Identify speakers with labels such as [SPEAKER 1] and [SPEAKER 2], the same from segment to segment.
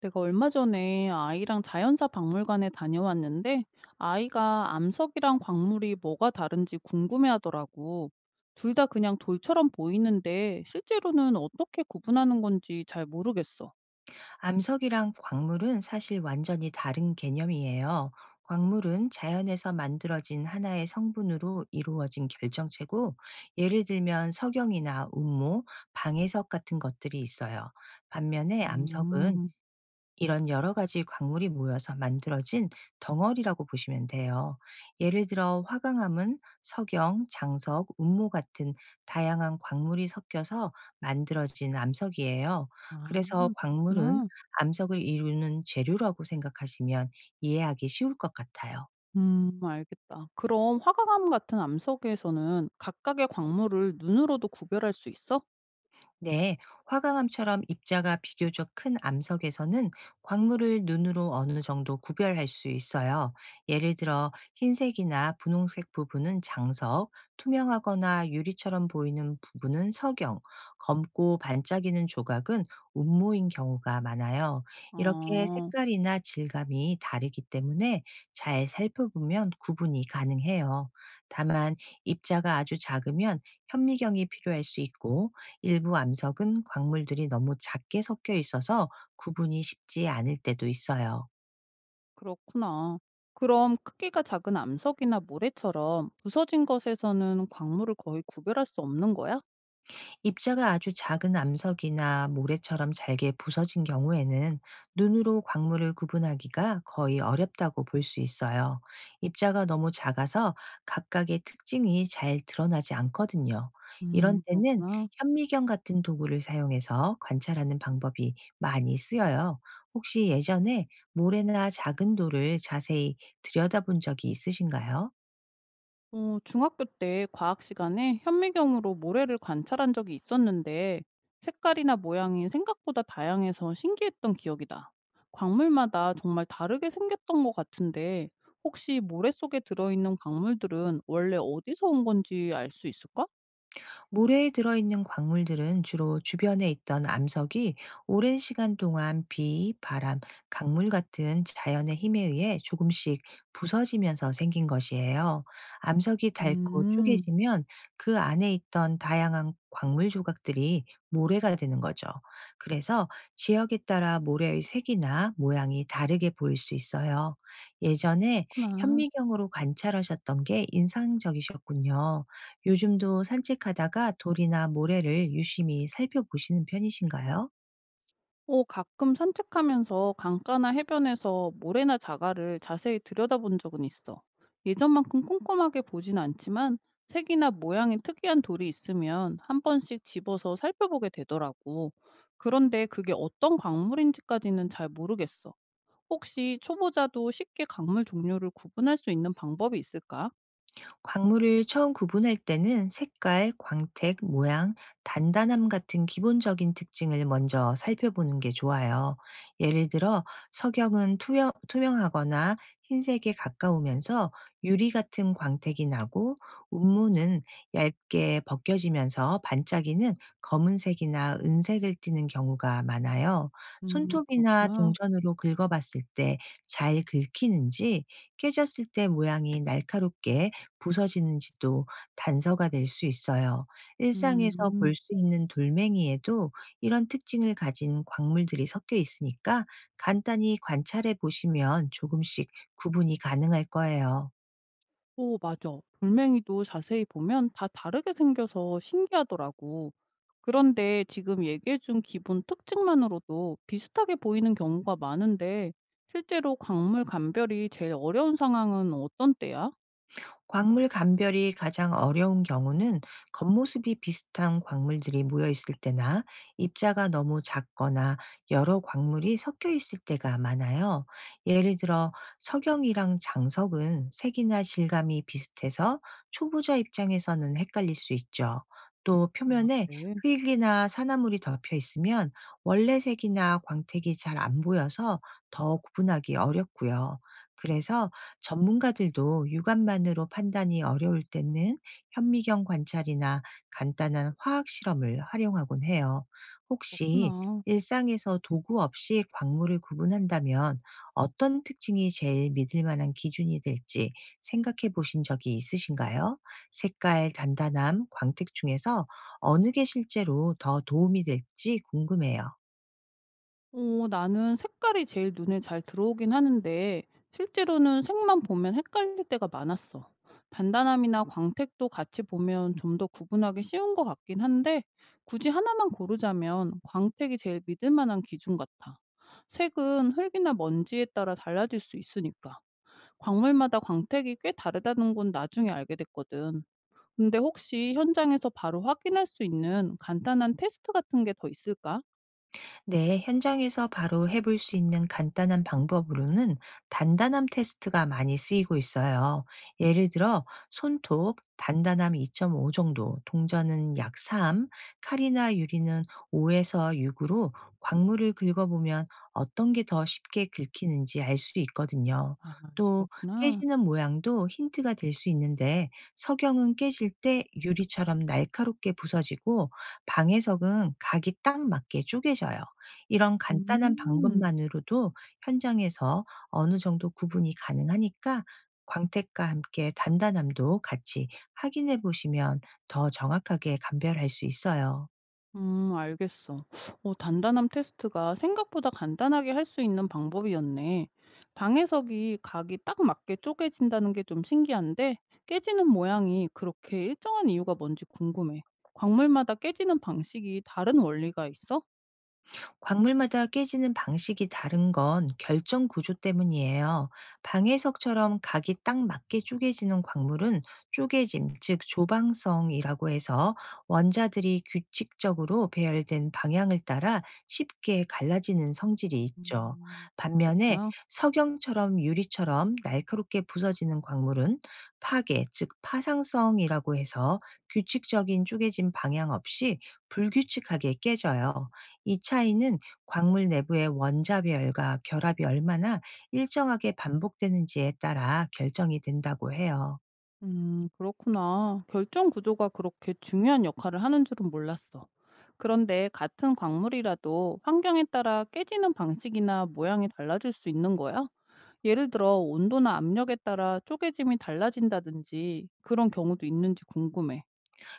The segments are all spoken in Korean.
[SPEAKER 1] 내가 얼마 전에 아이랑 자연사 박물관에 다녀왔는데 아이가 암석이랑 광물이 뭐가 다른지 궁금해하더라고. 둘 다 그냥 돌처럼 보이는데 실제로는 어떻게 구분하는 건지 잘 모르겠어.
[SPEAKER 2] 암석이랑 광물은 사실 완전히 다른 개념이에요. 광물은 자연에서 만들어진 하나의 성분으로 이루어진 결정체고, 예를 들면 석영이나 운모, 방해석 같은 것들이 있어요. 반면에 암석은
[SPEAKER 1] 음,
[SPEAKER 2] 이런 여러 가지 광물이 모여서 만들어진 덩어리라고 보시면 돼요. 예를 들어 화강암은 석영, 장석, 운모 같은 다양한 광물이 섞여서 만들어진 암석이에요.
[SPEAKER 1] 아,
[SPEAKER 2] 그래서 광물은
[SPEAKER 1] 그렇구나.
[SPEAKER 2] 암석을 이루는 재료라고 생각하시면 이해하기 쉬울 것 같아요.
[SPEAKER 1] 알겠다. 그럼 화가암 같은 암석에서는 각각의 광물을 눈으로도 구별할 수 있어?
[SPEAKER 2] 네, 화강암처럼 입자가 비교적 큰 암석에서는 광물을 눈으로 어느 정도 구별할 수 있어요. 예를 들어 흰색이나 분홍색 부분은 장석, 투명하거나 유리처럼 보이는 부분은 석영, 검고 반짝이는 조각은 운모인 경우가 많아요. 이렇게
[SPEAKER 1] 어.
[SPEAKER 2] 색깔이나 질감이 다르기 때문에 잘 살펴보면 구분이 가능해요. 다만 입자가 아주 작으면 현미경이 필요할 수 있고, 일부 암석은 광물들이 너무 작게 섞여 있어서 구분이 쉽지 않을 때도 있어요.
[SPEAKER 1] 그렇구나. 그럼 크기가 작은 암석이나 모래처럼 부서진 것에서는 광물을 거의 구별할 수 없는 거야?
[SPEAKER 2] 입자가 아주 작은 암석이나 모래처럼 잘게 부서진 경우에는 눈으로 광물을 구분하기가 거의 어렵다고 볼 수 있어요. 입자가 너무 작아서 각각의 특징이 잘 드러나지 않거든요. 이런 때는
[SPEAKER 1] 그렇구나.
[SPEAKER 2] 현미경 같은 도구를 사용해서 관찰하는 방법이 많이 쓰여요. 혹시 예전에 모래나 작은 돌을 자세히 들여다본 적이 있으신가요?
[SPEAKER 1] 어, 중학교 때 과학 시간에 현미경으로 모래를 관찰한 적이 있었는데 색깔이나 모양이 생각보다 다양해서 신기했던 기억이 나. 광물마다 정말 다르게 생겼던 것 같은데 혹시 모래 속에 들어있는 광물들은 원래 어디서 온 건지 알 수 있을까?
[SPEAKER 2] 모래에 들어있는 광물들은 주로 주변에 있던 암석이 오랜 시간 동안 비, 바람, 강물 같은 자연의 힘에 의해 조금씩 부서지면서 생긴 것이에요. 암석이 닳고
[SPEAKER 1] 음,
[SPEAKER 2] 쪼개지면 그 안에 있던 다양한 광물 조각들이 모래가 되는 거죠. 그래서 지역에 따라 모래의 색이나 모양이 다르게 보일 수 있어요.
[SPEAKER 1] 아,
[SPEAKER 2] 예전에
[SPEAKER 1] 그렇구나.
[SPEAKER 2] 현미경으로 관찰하셨던 게 인상적이셨군요. 요즘도 산책하다가 돌이나 모래를 유심히 살펴보시는 편이신가요?
[SPEAKER 1] 어, 가끔 산책하면서 강가나 해변에서 모래나 자갈을 자세히 들여다본 적은 있어. 예전만큼 꼼꼼하게 보진 않지만 색이나 모양이 특이한 돌이 있으면 한 번씩 집어서 살펴보게 되더라고. 그런데 그게 어떤 광물인지까지는 잘 모르겠어. 혹시 초보자도 쉽게 광물 종류를 구분할 수 있는 방법이 있을까?
[SPEAKER 2] 광물을 처음 구분할 때는 색깔, 광택, 모양, 단단함 같은 기본적인 특징을 먼저 살펴보는 게 좋아요. 예를 들어, 석영은 투명하거나 흰색에 가까우면서 유리 같은 광택이 나고, 운무는 얇게 벗겨지면서 반짝이는 검은색이나 은색을 띠는 경우가 많아요. 손톱이나
[SPEAKER 1] 그렇구나.
[SPEAKER 2] 동전으로 긁어봤을 때 잘 긁히는지, 깨졌을 때 모양이 날카롭게 부서지는 지도 단서가 될 수 있어요. 일상에서 볼
[SPEAKER 1] 음.
[SPEAKER 2] 수 있는 돌멩이에도 이런 특징을 가진 광물들이 섞여 있으니까 간단히 관찰해 보시면 조금씩 구분이 가능할 거예요.
[SPEAKER 1] 오, 맞아. 돌멩이도 자세히 보면 다 다르게 생겨서 신기하더라고. 그런데 지금 얘기해준 기본 특징만으로도 비슷하게 보이는 경우가 많은데, 실제로 광물 감별이 제일 어려운 상황은 어떤 때야?
[SPEAKER 2] 광물 감별이 가장 어려운 경우는 겉모습이 비슷한 광물들이 모여 있을 때나 입자가 너무 작거나 여러 광물이 섞여 있을 때가 많아요. 예를 들어 석영이랑 장석은 색이나 질감이 비슷해서 초보자 입장에서는 헷갈릴 수 있죠. 또
[SPEAKER 1] 아,
[SPEAKER 2] 표면에
[SPEAKER 1] 그래.
[SPEAKER 2] 흙이나 산화물이 덮여 있으면 원래 색이나 광택이 잘 안 보여서 더 구분하기 어렵고요. 그래서 전문가들도 육안만으로 판단이 어려울 때는 현미경 관찰이나 간단한 화학 실험을 활용하곤 해요. 혹시
[SPEAKER 1] 그렇구나.
[SPEAKER 2] 일상에서 도구 없이 광물을 구분한다면 어떤 특징이 제일 믿을 만한 기준이 될지 생각해 보신 적이 있으신가요? 색깔, 단단함, 광택 중에서 어느 게 실제로 더 도움이 될지 궁금해요.
[SPEAKER 1] 어 나는 색깔이 제일 눈에 잘 들어오긴 하는데 실제로는 색만 보면 헷갈릴 때가 많았어. 단단함이나 광택도 같이 보면 좀 더 구분하기 쉬운 것 같긴 한데 굳이 하나만 고르자면 광택이 제일 믿을 만한 기준 같아. 색은 흙이나 먼지에 따라 달라질 수 있으니까 광물마다 광택이 꽤 다르다는 건 나중에 알게 됐거든. 근데 혹시 현장에서 바로 확인할 수 있는 간단한 테스트 같은 게 더 있을까?
[SPEAKER 2] 네, 현장에서 바로 해볼 수 있는 간단한 방법으로는 단단함 테스트가 많이 쓰이고 있어요. 예를 들어, 손톱, 단단함 2.5 정도, 동전은 약 3, 칼이나 유리는 5에서 6으로 광물을 긁어보면 어떤 게 더 쉽게 긁히는지 알 수 있거든요.
[SPEAKER 1] 아,
[SPEAKER 2] 또,
[SPEAKER 1] 그렇구나.
[SPEAKER 2] 깨지는 모양도 힌트가 될 수 있는데, 석영은 깨질 때 유리처럼 날카롭게 부서지고, 방해석은 각이 딱 맞게 쪼개져요. 이런 간단한
[SPEAKER 1] 음.
[SPEAKER 2] 방법만으로도 현장에서 어느 정도 구분이 가능하니까 광택과 함께 단단함도 같이 확인해 보시면 더 정확하게 감별할 수 있어요.
[SPEAKER 1] 알겠어. 어 단단함 테스트가 생각보다 간단하게 할 수 있는 방법이었네. 방해석이 각이 딱 맞게 쪼개진다는 게 좀 신기한데 깨지는 모양이 그렇게 일정한 이유가 뭔지 궁금해. 광물마다 깨지는 방식이 다른 원리가 있어?
[SPEAKER 2] 광물마다 깨지는 방식이 다른 건 결정 구조 때문이에요. 방해석처럼 각이 딱 맞게 쪼개지는 광물은 쪼개짐, 즉 조방성이라고 해서 원자들이 규칙적으로 배열된 방향을 따라 쉽게 갈라지는 성질이 있죠. 반면에
[SPEAKER 1] 그렇구나.
[SPEAKER 2] 석영처럼 유리처럼 날카롭게 부서지는 광물은 파괴, 즉 파상성이라고 해서 규칙적인 쪼개짐 방향 없이 불규칙하게 깨져요. 이 차이는 광물 내부의 원자별과 결합이 얼마나 일정하게 반복되는지에 따라 결정이 된다고 해요.
[SPEAKER 1] 그렇구나. 결정 구조가 그렇게 중요한 역할을 하는 줄은 몰랐어. 그런데 같은 광물이라도 환경에 따라 깨지는 방식이나 모양이 달라질 수 있는 거야? 예를 들어 온도나 압력에 따라 쪼개짐이 달라진다든지 그런 경우도 있는지 궁금해.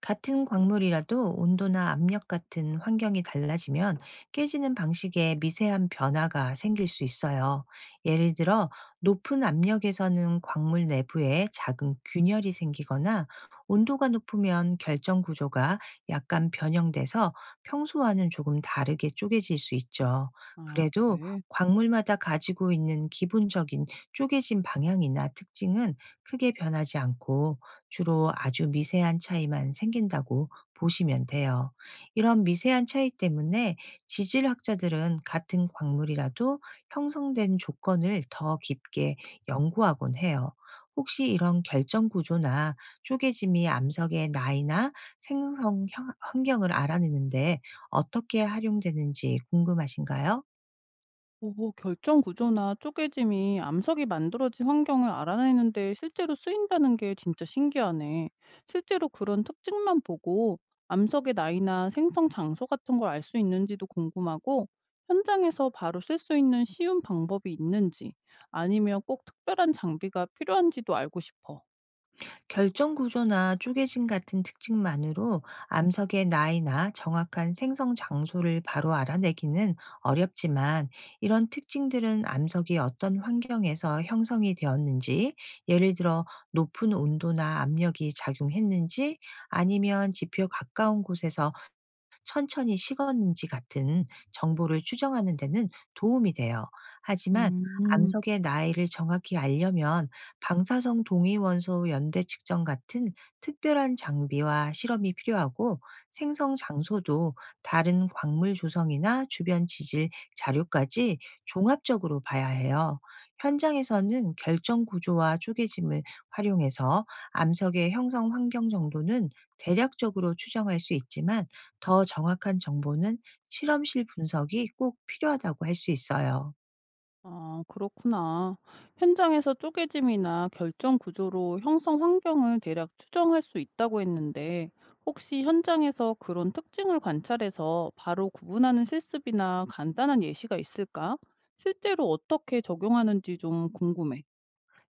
[SPEAKER 2] 같은 광물이라도 온도나 압력 같은 환경이 달라지면 깨지는 방식에 미세한 변화가 생길 수 있어요. 예를 들어 높은 압력에서는 광물 내부에 작은 균열이 생기거나 온도가 높으면 결정 구조가 약간 변형돼서 평소와는 조금 다르게 쪼개질 수 있죠.
[SPEAKER 1] 아,
[SPEAKER 2] 그래도
[SPEAKER 1] 그래.
[SPEAKER 2] 광물마다 가지고 있는 기본적인 쪼개진 방향이나 특징은 크게 변하지 않고 주로 아주 미세한 차이만 생긴다고 보시면 돼요. 이런 미세한 차이 때문에 지질학자들은 같은 광물이라도 형성된 조건을 더 깊게 연구하곤 해요. 혹시 이런 결정 구조나 쪼개짐이 암석의 나이나 생성 환경을 알아내는데 어떻게 활용되는지 궁금하신가요?
[SPEAKER 1] 오, 결정 구조나 쪼개짐이 암석이 만들어진 환경을 알아내는 데 실제로 쓰인다는 게 진짜 신기하네. 실제로 그런 특징만 보고 암석의 나이나 생성 장소 같은 걸 알 수 있는지도 궁금하고, 현장에서 바로 쓸 수 있는 쉬운 방법이 있는지, 아니면 꼭 특별한 장비가 필요한지도 알고 싶어.
[SPEAKER 2] 결정 구조나 쪼개짐 같은 특징만으로 암석의 나이나 정확한 생성 장소를 바로 알아내기는 어렵지만, 이런 특징들은 암석이 어떤 환경에서 형성이 되었는지, 예를 들어 높은 온도나 압력이 작용했는지 아니면 지표 가까운 곳에서 천천히 식었는지 같은 정보를 추정하는 데는 도움이 돼요. 하지만
[SPEAKER 1] 음.
[SPEAKER 2] 암석의 나이를 정확히 알려면 방사성 동위원소 연대 측정 같은 특별한 장비와 실험이 필요하고, 생성 장소도 다른 광물 조성이나 주변 지질 자료까지 종합적으로 봐야 해요. 현장에서는 결정 구조와 쪼개짐을 활용해서 암석의 형성 환경 정도는 대략적으로 추정할 수 있지만, 더 정확한 정보는 실험실 분석이 꼭 필요하다고 할 수 있어요.
[SPEAKER 1] 아, 그렇구나. 현장에서 쪼개짐이나 결정 구조로 형성 환경을 대략 추정할 수 있다고 했는데, 혹시 현장에서 그런 특징을 관찰해서 바로 구분하는 실습이나 간단한 예시가 있을까? 실제로 어떻게 적용하는지 좀 궁금해.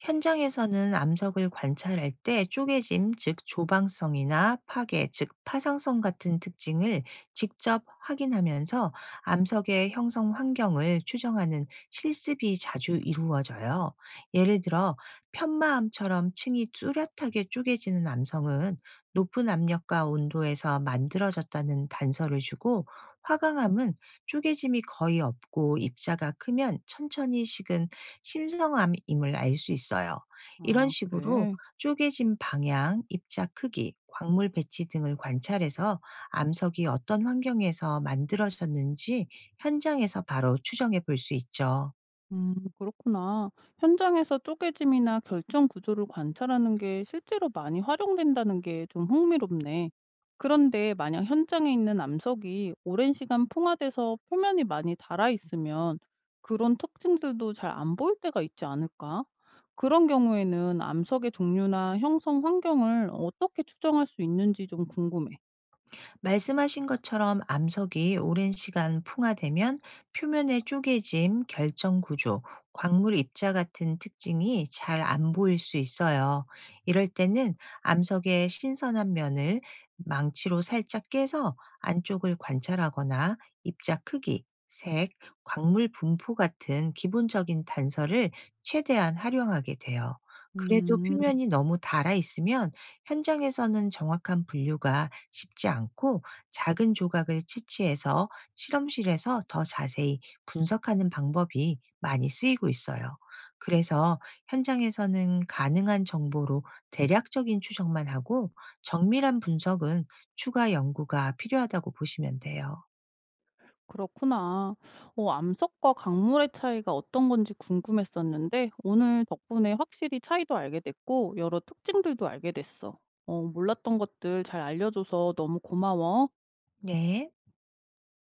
[SPEAKER 2] 현장에서는 암석을 관찰할 때 쪼개짐, 즉 조방성이나 파괴, 즉 파상성 같은 특징을 직접 확인하면서 암석의 형성 환경을 추정하는 실습이 자주 이루어져요. 예를 들어 편마암처럼 층이 뚜렷하게 쪼개지는 암성은 높은 압력과 온도에서 만들어졌다는 단서를 주고, 화강암은 쪼개짐이 거의 없고 입자가 크면 천천히 식은 심성암임을 알 수 있어요. 이런
[SPEAKER 1] 아,
[SPEAKER 2] 식으로
[SPEAKER 1] 그래.
[SPEAKER 2] 쪼개진 방향, 입자 크기, 광물 배치 등을 관찰해서 암석이 어떤 환경에서 만들어졌는지 현장에서 바로 추정해 볼 수 있죠.
[SPEAKER 1] 그렇구나. 현장에서 쪼개짐이나 결정 구조를 관찰하는 게 실제로 많이 활용된다는 게 좀 흥미롭네. 그런데 만약 현장에 있는 암석이 오랜 시간 풍화돼서 표면이 많이 닳아 있으면 그런 특징들도 잘 안 보일 때가 있지 않을까? 그런 경우에는 암석의 종류나 형성 환경을 어떻게 추정할 수 있는지 좀 궁금해.
[SPEAKER 2] 말씀하신 것처럼 암석이 오랜 시간 풍화되면 표면의 쪼개짐, 결정 구조, 광물 입자 같은 특징이 잘 안 보일 수 있어요. 이럴 때는 암석의 신선한 면을 망치로 살짝 깨서 안쪽을 관찰하거나 입자 크기, 색, 광물 분포 같은 기본적인 단서를 최대한 활용하게 돼요. 그래도
[SPEAKER 1] 음.
[SPEAKER 2] 표면이 너무 달아 있으면 현장에서는 정확한 분류가 쉽지 않고, 작은 조각을 채취해서 실험실에서 더 자세히 분석하는 방법이 많이 쓰이고 있어요. 그래서 현장에서는 가능한 정보로 대략적인 추정만 하고 정밀한 분석은 추가 연구가 필요하다고 보시면 돼요.
[SPEAKER 1] 그렇구나. 어, 암석과 강물의 차이가 어떤 건지 궁금했었는데, 오늘 덕분에 확실히 차이도 알게 됐고, 여러 특징들도 알게 됐어. 어, 몰랐던 것들 잘 알려줘서 너무 고마워.
[SPEAKER 2] 네.